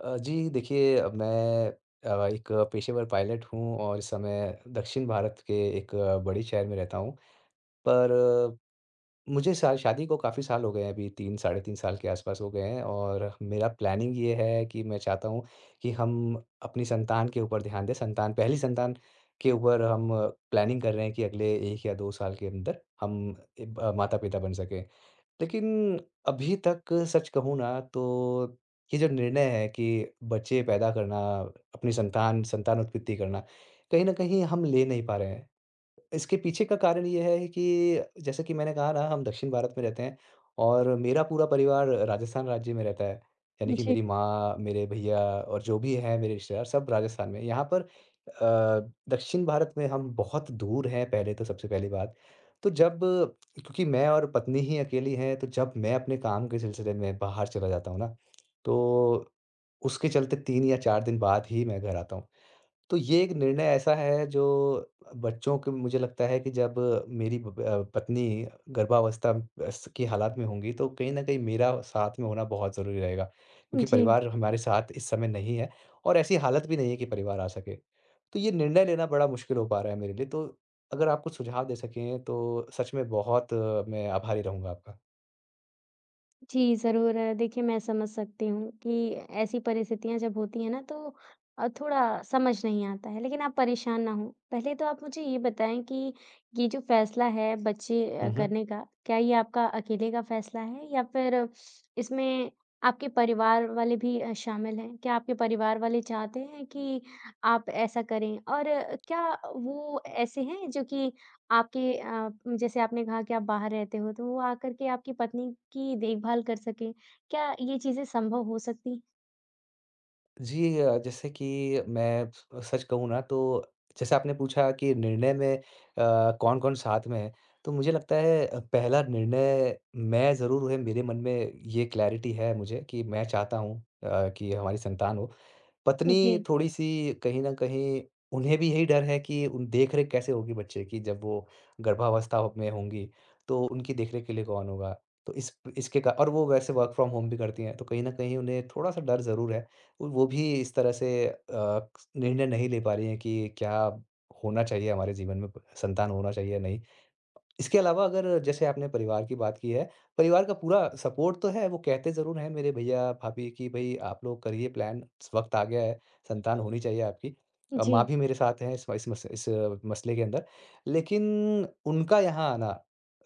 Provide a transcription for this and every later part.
जी देखिए मैं एक पेशेवर पायलट हूँ और इस समय दक्षिण भारत के एक बड़े शहर में रहता हूँ। पर मुझे शा शादी को काफ़ी साल हो गए हैं। अभी 3 साढ़े 3 साल के आस-पास हो गए हैं और मेरा प्लानिंग ये है कि मैं चाहता हूँ कि हम अपनी संतान के ऊपर ध्यान दें। संतान, पहली संतान के ऊपर हम प्लानिंग कर रहे हैं कि अगले 1 या 2 साल के अंदर हम माता-पिता बन सकें। लेकिन अभी तक सच कहूँ ना तो ये जो निर्णय है कि बच्चे पैदा करना, अपनी संतान संतान उत्पत्ति करना, कहीं न कहीं हम ले नहीं पा रहे हैं। इसके पीछे का कारण ये है कि जैसा कि मैंने कहा ना, हम दक्षिण भारत में रहते हैं और मेरा पूरा परिवार राजस्थान राज्य में रहता है। यानी कि जी, मेरी माँ, मेरे भैया और जो भी हैं मेरे रिश्तेदार, सब राजस्थान में। यहाँ पर दक्षिण भारत में हम बहुत दूर हैं, पहले तो सबसे पहली बात। तो जब, क्योंकि मैं और पत्नी ही अकेली हैं, तो जब मैं अपने काम के सिलसिले में बाहर चला जाता हूँ ना, तो उसके चलते 3 या 4 दिन बाद ही मैं घर आता हूँ। तो ये एक निर्णय ऐसा है जो बच्चों के, मुझे लगता है कि जब मेरी पत्नी गर्भावस्था स की हालात में होंगी तो कहीं न कहीं मेरा साथ में होना बहुत ज़रूरी रहेगा। क्योंकि जी। परिवार हमारे साथ इस समय नहीं है और ऐसी हालत भी नहीं है कि परिवार आ सके। तो ये निर्णय लेना बड़ा मुश्किल हो पा रहा है मेरे लिए, तो अगर आप कुछ सुझाव दे सकें तो सच में बहुत मैं आभारी रहूँगा आपका। जी, ज़रूर। देखिए मैं समझ सकती हूँ कि ऐसी परिस्थितियाँ जब होती हैं ना तो थोड़ा समझ नहीं आता है, लेकिन आप परेशान ना हों। पहले तो आप मुझे ये बताएँ कि ये जो फ़ैसला है बच्चे हुँ, हुँ। करने का, क्या ये आपका अकेले का फ़ैसला है या फिर इसमें आपके परिवार वाले भी शामिल हैं? क्या आपके परिवार वाले चाहते हैं कि आप ऐसा करें? और क्या वो ऐसे हैं जो कि आपके जैसे आपने कहा कि आप बाहर रहते हो, तो वो आकर के आपकी पत्नी की देखभाल कर सकें। क्या ये चीज़ें संभव हो सकती? जी, जैसे कि मैं स सच कहूँ ना तो, जैसे आपने पूछा कि निर्णय में, कौन-कौन साथ में है, तो मुझे लगता है, पहला निर्णय मैं ज़रूर हुए, मेरे मन में ये क्लैरिटी है मुझे कि मैं चाहता हूँ कि हमारी संतान हो। पत्नी जी। थोड़ी-सी कहीं न कहीं, उन्हें भी यही डर है कि उन देख-रेख कैसे होगी बच्चे की, जब वो गर्भावस्था में होंगी, तो उनकी देख-रेख के लिए कौन होगा? तो इस इसके का, और वो वैसे वर्क फ्रॉम होम भी करती हैं, तो कहीं न कहीं उन्हें थोड़ा-सा डर ज़रूर है। वो भी इस तरह से निर्णय नहीं ले पा रही हैं कि क्या होना चाहिए हमारे जीवन में, संतान होना चाहिए या नहीं। इसके अलावा अगर, जैसे आपने परिवार की बात की है, परिवार का पूरा सपोर्ट तो है, वो कहते ज़रूर हैं मेरे भैया-भाभी कि भई आप लोग करिए प्लान, वक़्त आ गया है, संतान होनी चाहिए आपकी। माँ जी। भी मेरे साथ हैं इस मस इस अ, मसले के अंदर। लेकिन उनका यहाँ आना,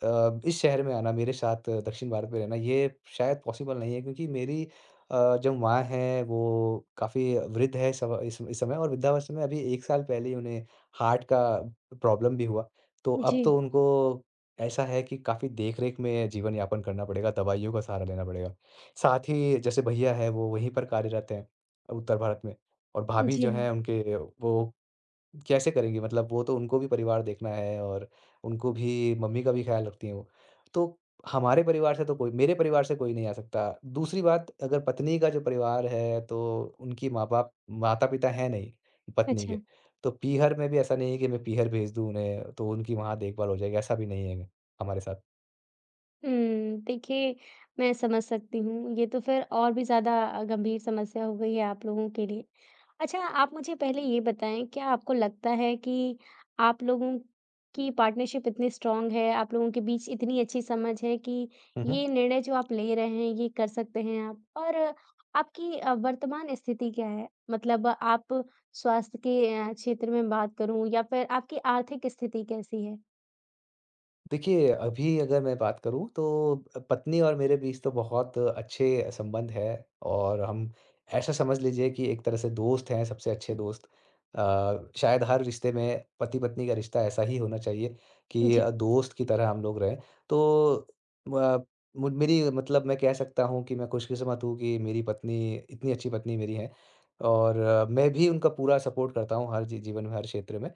इस शहर में आना, मेरे साथ दक्षिण भारत में रहना, ये शायद पॉसिबल नहीं है, क्योंकि मेरी जो माँ हैं वो काफ़ी वृद्ध है इस सम इस समय, और वृद्धावस्था में अभी 1 साल पहले ही उन्हें हार्ट का प्रॉब्लम भी हुआ। तो अब जी। तो उनको ऐसा है कि काफ़ी देख-रेख में जीवन यापन करना पड़ेगा, दवाइयों का सहारा लेना पड़ेगा। साथ ही जैसे भैया हैं, वो वहीं पर कार्यरत हैं, उत्तर भारत में, और भाभी जी जो हाँ। हैं उनके, वो कैसे करेंगी, मतलब वो, तो उनको भी परिवार देखना है और उनको भी, मम्मी का भी ख्याल रखती हैं वो। तो हमारे परिवार से तो कोई, मेरे परिवार से कोई नहीं आ सकता। दूसरी बात, अगर पत्नी का जो परिवार है तो उनकी माँ-बाप, माता-पिता हैं नहीं, पत्नी के। अच्छा। तो पीहर में भी ऐसा नहीं है कि मैं पीहर भेज दूँ उन्हें तो उनकी वहाँ देखभाल हो जाएगी, ऐसा भी नहीं है हमारे साथ। हुँ, देखिए मैं समझ सकती हूँ। ये तो फिर और भी ज़्यादा गंभीर समस्या हो गई है आप लोगों के लिए। अच्छा आप मुझे पहले ये बताएँ क्या आपको लगता है कि आप लोगों की पार्टनरशिप इतनी स्ट्रॉन्ग है, आप लोगों के बीच इतनी अच्छी समझ है कि हुँ, हुँ। ये निर्णय जो आप ले रहे हैं ये कर सकते हैं आप? और आपकी वर्तमान स्थिति क्या है? मतलब आप स्वास्थ्य के क्षेत्र में बात करूँ या फिर आपकी आर्थिक स्थिति कैसी है? देखिए, अभी अगर मैं बात करूँ तो पत्नी और मेरे बीच तो बहुत अच्छे संबंध है, और हम, ऐसा समझ लीजिए कि एक तरह से दोस्त हैं, सबसे अच्छे दोस्त। शायद हर रिश्ते में पति-पत्नी का रिश्ता ऐसा ही होना चाहिए कि जी, दोस्त की तरह हम लोग रहें। तो व मु मेरी, मतलब मैं कह सकता हूँ कि मैं खुशकिस्मत हूँ कि मेरी पत्नी इतनी अच्छी पत्नी मेरी है, और मैं भी उनका पूरा सपोर्ट करता हूँ हर जीवन में, हर क्षेत्र में।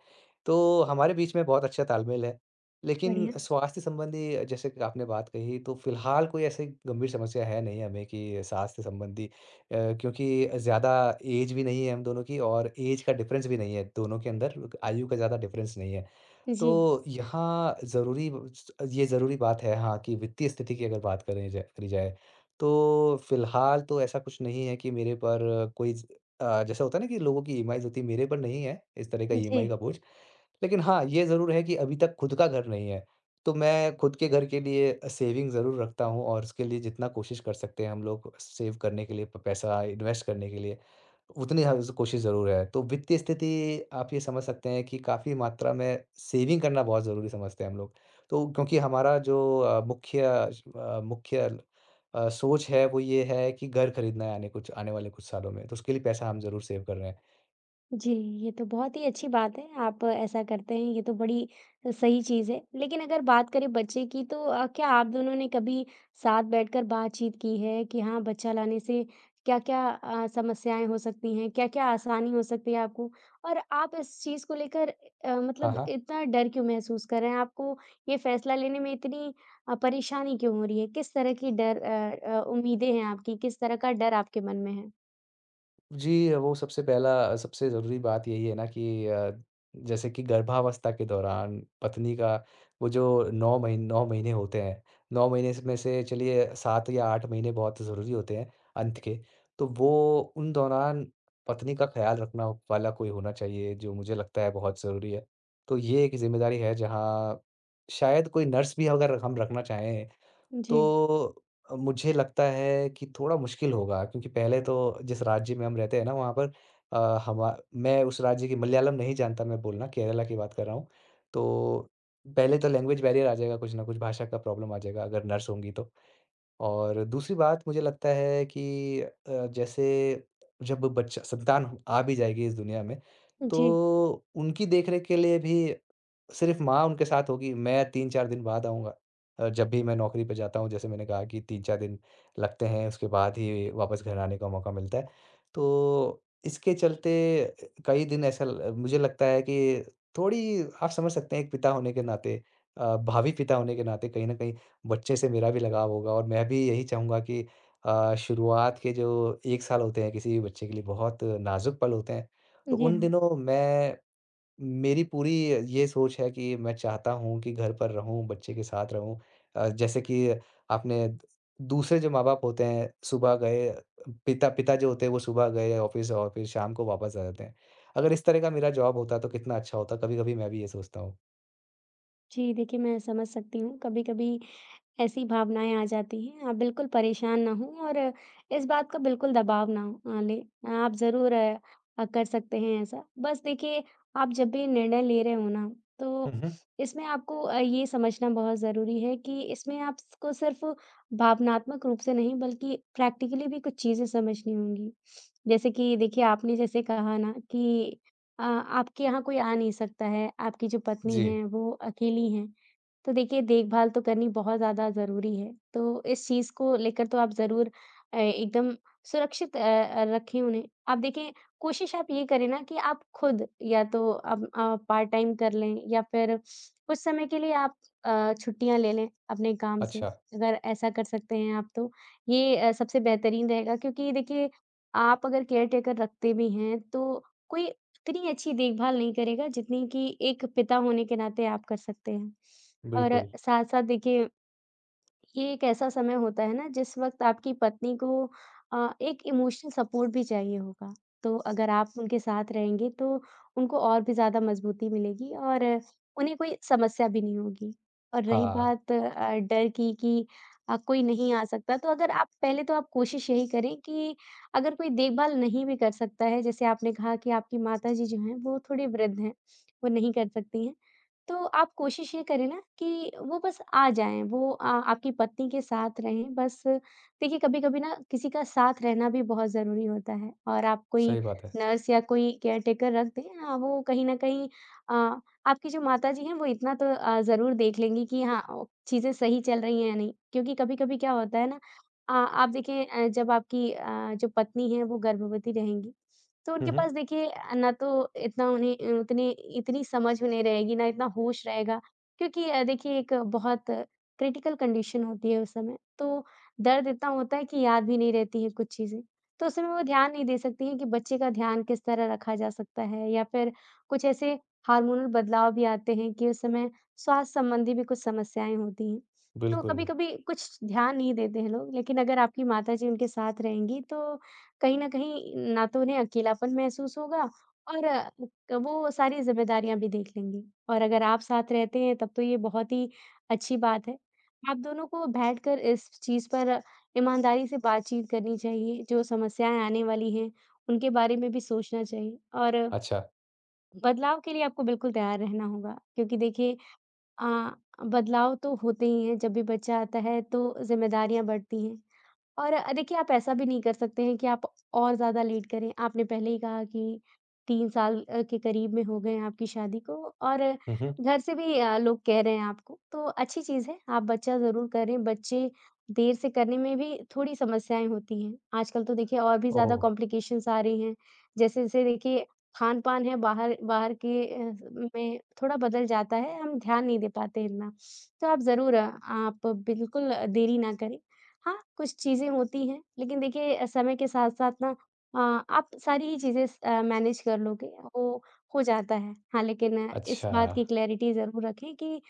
तो हमारे बीच में बहुत अच्छा तालमेल है। लेकिन बढ़िया। स्वास्थ्य संबंधी, जैसे कि आपने बात कही, तो फ़िलहाल कोई ऐसी गंभीर समस्या है नहीं हमें कि स्वास्थ्य संबंधी, क्योंकि ज़्यादा एज भी नहीं है हम दोनों की, और एज का डिफ़रेंस भी नहीं है दोनों के अंदर, आयु का ज़्यादा डिफ़रेंस नहीं है। जी, तो यहाँ ज़रूरी ये ज़रूरी बात है हाँ, कि वित्तीय स्थिति की अगर बात करें जाए, करी जाए, तो फ़िलहाल तो ऐसा कुछ नहीं है कि मेरे पर कोई जैसा होता है ना कि लोगों की ईएमआईज़ होती है, मेरे पर नहीं है इस तरह का जी। ईएमआई का बोझ। लेकिन हाँ, ये ज़रूर है कि अभी तक खुद का घर नहीं है, तो मैं खुद के घर के लिए सेविंग ज़रूर रखता हूँ और उसके लिए जितना कोशिश कर सकते हैं हम लोग, सेव करने के लिए, प पैसा इन्वेस्ट करने के लिए, उतनी हर ज़ कोशिश ज़रूर है। तो वित्तीय स्थिति, आप ये समझ सकते हैं कि काफ़ी मात्रा में सेविंग करना बहुत ज़रूरी समझते हैं हम लोग। तो, क्योंकि हमारा जो मुख्य सोच है, वो ये है कि घर खरीदना है आने वाले कुछ सालों में, तो उसके लिए पैसा हम ज़रूर सेव कर रहे हैं। जी, ये तो बहुत ही अच्छी बात है, आप ऐसा करते हैं, ये तो बड़ी सही चीज़ है। लेकिन अगर बात करें बच्चे की तो क्या आप दोनों ने कभी साथ बैठकर बातचीत की है कि हाँ, बच्चा लाने से क्या-क्या समस्याएँ हो सकती हैं, क्या-क्या आसानी हो सकती है आपको? और आप इस चीज़ को लेकर हाँ, मतलब हाँ। इतना डर क्यों महसूस कर रहे हैं? आपको ये फैसला लेने में इतनी परेशानी क्यों हो रही है? किस तरह की डर उम्मीदें हैं आपकी? किस तरह का डर आपके मन में है? जी, वो सबसे पहला, सबसे ज़रूरी बात यही है ना कि, जैसे कि गर्भावस्था के दौरान पत्नी का, वो जो 9 महीने होते हैं, 9 महीने स में से चलिए 7 या 8 महीने बहुत ज़रूरी होते हैं, अंत के। तो वो, उन दौरान पत्नी का ख़्याल रखना वाला कोई होना चाहिए, जो मुझे लगता है बहुत ज़रूरी है। तो ये एक ज़िम्मेदारी है, जहाँ शायद कोई नर्स भी अगर हम रखना चाहें, जी, तो मुझे लगता है कि थोड़ा मुश्किल होगा, क्योंकि पहले तो जिस राज्य में हम रहते हैं ना वहाँ पर अ, हमा मैं उस राज्य की मलयालम नहीं जानता मैं बोलना, केरला की बात कर रहा हूँ। तो पहले तो लैंग्वेज बैरियर आ जाएगा, कुछ ना कुछ भाषा का प्रॉब्लम आ जाएगा अगर नर्स होंगी तो। और दूसरी बात मुझे लगता है कि, जैसे जब बच्चा, संतान आ भी जाएगी इस दुनिया में, जी, तो उनकी देख-रेख के लिए भी सिर्फ़ माँ उनके साथ होगी, मैं 3-4 दिन बाद आऊँगा। जब भी मैं नौकरी पे जाता हूँ, जैसे मैंने कहा कि 3-4 दिन लगते हैं, उसके बाद ही वापस घर आने का मौका मिलता है। तो इसके चलते कई दिन ऐसा ल मुझे लगता है कि, थोड़ी आप समझ सकते हैं एक पिता होने के नाते, भावी पिता होने के नाते, कहीं न कहीं बच्चे से मेरा भी लगाव होगा, और मैं भी यही चाहूँगा कि, शुरुआत के जो 1 साल होते हैं किसी भी बच्चे के लिए बहुत नाज़ुक पल होते हैं। तो जी। उन दिनों मैं, मेरी पूरी ये सोच है कि मैं चाहता हूँ कि घर पर रहूँ, बच्चे के साथ रहूँ। जैसे कि आपने द दूसरे जो माँ-बाप होते हैं सुबह गए, पिता पिता जो होते हैं वो सुबह गए ऑफ़िस और फिर शाम को वापस आ जाते हैं। अगर इस तरह का मेरा जॉब होता तो कितना अच्छा होता, कभी-कभी मैं भी ये सोचता हूँ। जी, देखिए मैं समझ सकती हूँ। कभी-कभी ऐसी भावनाएँ आ जाती हैं। आप बिल्कुल परेशान ना हों और इस बात का बिल्कुल दबाव ना लें। आप ज़रूर कर सकते हैं ऐसा। बस देखिए, आप जब भी निर्णय ले रहे हो ना, हुँ, तो हुँ। इसमें आपको ये समझना बहुत ज़रूरी है कि इसमें आपको सिर्फ़ भावनात्मक रूप से नहीं, बल्कि प्रैक्टिकली भी कुछ चीज़ें समझनी होंगी। जैसे कि देखिए, आपने जैसे कहा ना कि आपके यहाँ कोई आ नहीं सकता है, आपकी जो पत्नी जी। हैं, वो अकेली हैं। तो देखिए, देखभाल तो करनी बहुत ज़्यादा ज़रूरी है, तो इस चीज़ को लेकर तो आप ज़रूर एकदम सुरक्षित रखें उन्हें। आप देखिए, कोशिश आप ये करें ना कि आप खुद या तो अब पार्ट टाइम कर लें या फिर कुछ समय के लिए आप छुट्टियाँ ले लें अपने काम से। अच्छा, अगर ऐसा कर सकते हैं आप तो ये सबसे बेहतरीन रहेगा क्योंकि देखिए, आप अगर केयरटेकर रखते भी हैं, तो कोई इतनी अच्छी देखभाल नहीं करेगा जितनी कि एक पिता होने के नाते आप कर सकते हैं। और बिल्कुल। साथ-साथ देखिए, ये एक ऐसा समय होता है ना जिस वक़्त आपकी पत्नी को एक इमोशनल सपोर्ट भी चाहिए होगा। तो अगर आप उनके साथ रहेंगे तो उनको और भी ज़्यादा मज़बूती मिलेगी और उन्हें कोई समस्या भी नहीं होगी। और रही हाँ। बात डर की कि कोई नहीं आ सकता तो अगर आप पहले तो आप कोशिश यही करें कि अगर कोई देखभाल नहीं भी कर सकता है, जैसे आपने कहा कि आपकी माताजी जो हैं वो थोड़ी वृद्ध हैं, वो नहीं कर सकती हैं। तो आप कोशिश ये करें ना कि वो बस आ जाएँ, वो आपकी पत्नी के साथ रहें बस देखिए कभी-कभी ना किसी का साथ रहना भी बहुत ज़रूरी होता है और आप कोई सही बात है। नर्स या कोई केयरटेकर रख दें हाँ, वो कहीं न कहीं अ, आपकी जो माताजी हैं वो इतना तो ज़रूर देख लेंगी कि हाँ ओ, चीज़ें सही चल रही हैं या नहीं। क्योंकि कभी-कभी क्या होता है ना आप देखिए जब आपकी जो पत्नी है वो गर्भवती रहेंगी, तो हुँ, उनके हुँ। पास देखिए ना तो इतना उन्हें उतनी इतनी समझ उन्हें रहेगी, ना इतना होश रहेगा क्योंकि देखिए एक बहुत क्रिटिकल कंडीशन होती है उस समय। तो दर्द इतना होता है कि याद भी नहीं रहती है कुछ चीज़ें। तो उस समय वो ध्यान नहीं दे सकती हैं कि बच्चे का ध्यान किस तरह रखा जा सकता है या फिर कुछ ऐसे हार्मोनल बदलाव भी आते हैं कि उस समय स्वास्थ्य संबंधी भी कुछ समस्याएँ होती हैं। तो बिल्कुल, कभी-कभी कुछ ध्यान नहीं देते हैं लोग, लेकिन अगर आपकी माताजी उनके साथ रहेंगी तो कहीं न कहीं ना तो उन्हें अकेलापन महसूस होगा और वो सारी ज़िम्मेदारियाँ भी देख लेंगी। और अगर आप साथ रहते हैं तब तो ये बहुत ही अच्छी बात है। आप दोनों को बैठकर इस चीज़ पर ईमानदारी से बातचीत करनी चाहिए, जो समस्याएँ आने वाली हैं, उनके बारे में भी सोचना चाहिए और अच्छा। बदलाव के लिए आपको बिल्कुल तैयार रहना होगा। क्योंकि देखिए अ, बदलाव तो होते ही हैं, जब भी बच्चा आता है तो ज़िम्मेदारियाँ बढ़ती हैं। और देखिए आप ऐसा भी नहीं कर सकते हैं कि आप और ज़्यादा लेट करें। आपने पहले ही कहा कि 3 साल के करीब में हो गए हैं आपकी शादी को और हुँ, हुँ। घर से भी लोग कह रहे हैं आपको, तो अच्छी चीज़ है, आप बच्चा ज़रूर करें। बच्चे देर से करने में भी थोड़ी समस्याएँ होती हैं। आजकल तो देखिए और भी ज़्यादा ओह! कॉम्प्लिकेशंस आ रही हैं। जैसे-जैसे देखिए खान-पान है बाहर बाहर के में थोड़ा बदल जाता है, हम ध्यान नहीं दे पाते इतना। तो आप ज़रूर आप बिल्कुल देरी ना करें हाँ, कुछ चीज़ें होती हैं, लेकिन देखिए समय के साथ-साथ ना आप सारी ही चीज़ें मैनेज कर लोगे, वो हो जाता है। हाँ, लेकिन इस अच्छा। बात की क्लैरिटी ज़रूर रखें कि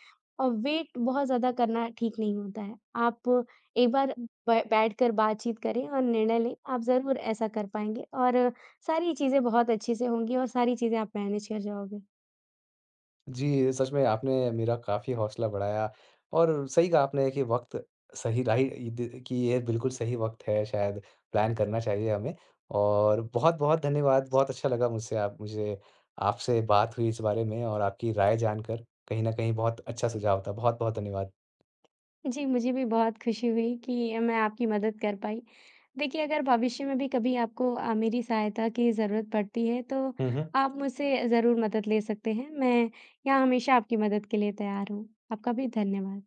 वेट बहुत ज़्यादा करना ठीक नहीं होता है। आप एक बार ब बैठकर बातचीत करें और निर्णय लें, आप ज़रूर ऐसा कर पाएँगे और सारी चीज़ें बहुत अच्छे से होंगी और सारी चीज़ें आप मैनेज कर जाओगे। जी, सच में आपने मेरा काफ़ी हौसला बढ़ाया, और सही कहा आपने कि वक़्त सही राही द, कि ये बिल्कुल सही वक़्त है, शायद प्लान करना चाहिए हमें। और बहुत-बहुत धन्यवाद। बहुत अच्छा लगा मुझसे आप मुझे आपसे बात हुई इस बारे में, और आपकी राय जानकर कहीं न कहीं बहुत अच्छा सुझाव था। बहुत-बहुत धन्यवाद। जी, मुझे भी बहुत खुशी हुई कि मैं आपकी मदद कर पाई। देखिए, अगर भविष्य में भी कभी आपको मेरी सहायता की ज़रूरत पड़ती है, तो हुँ, हुँ। आप मुझसे ज़रूर मदद ले सकते हैं। मैं यहाँ हमेशा आपकी मदद के लिए तैयार हूँ। आपका भी धन्यवाद।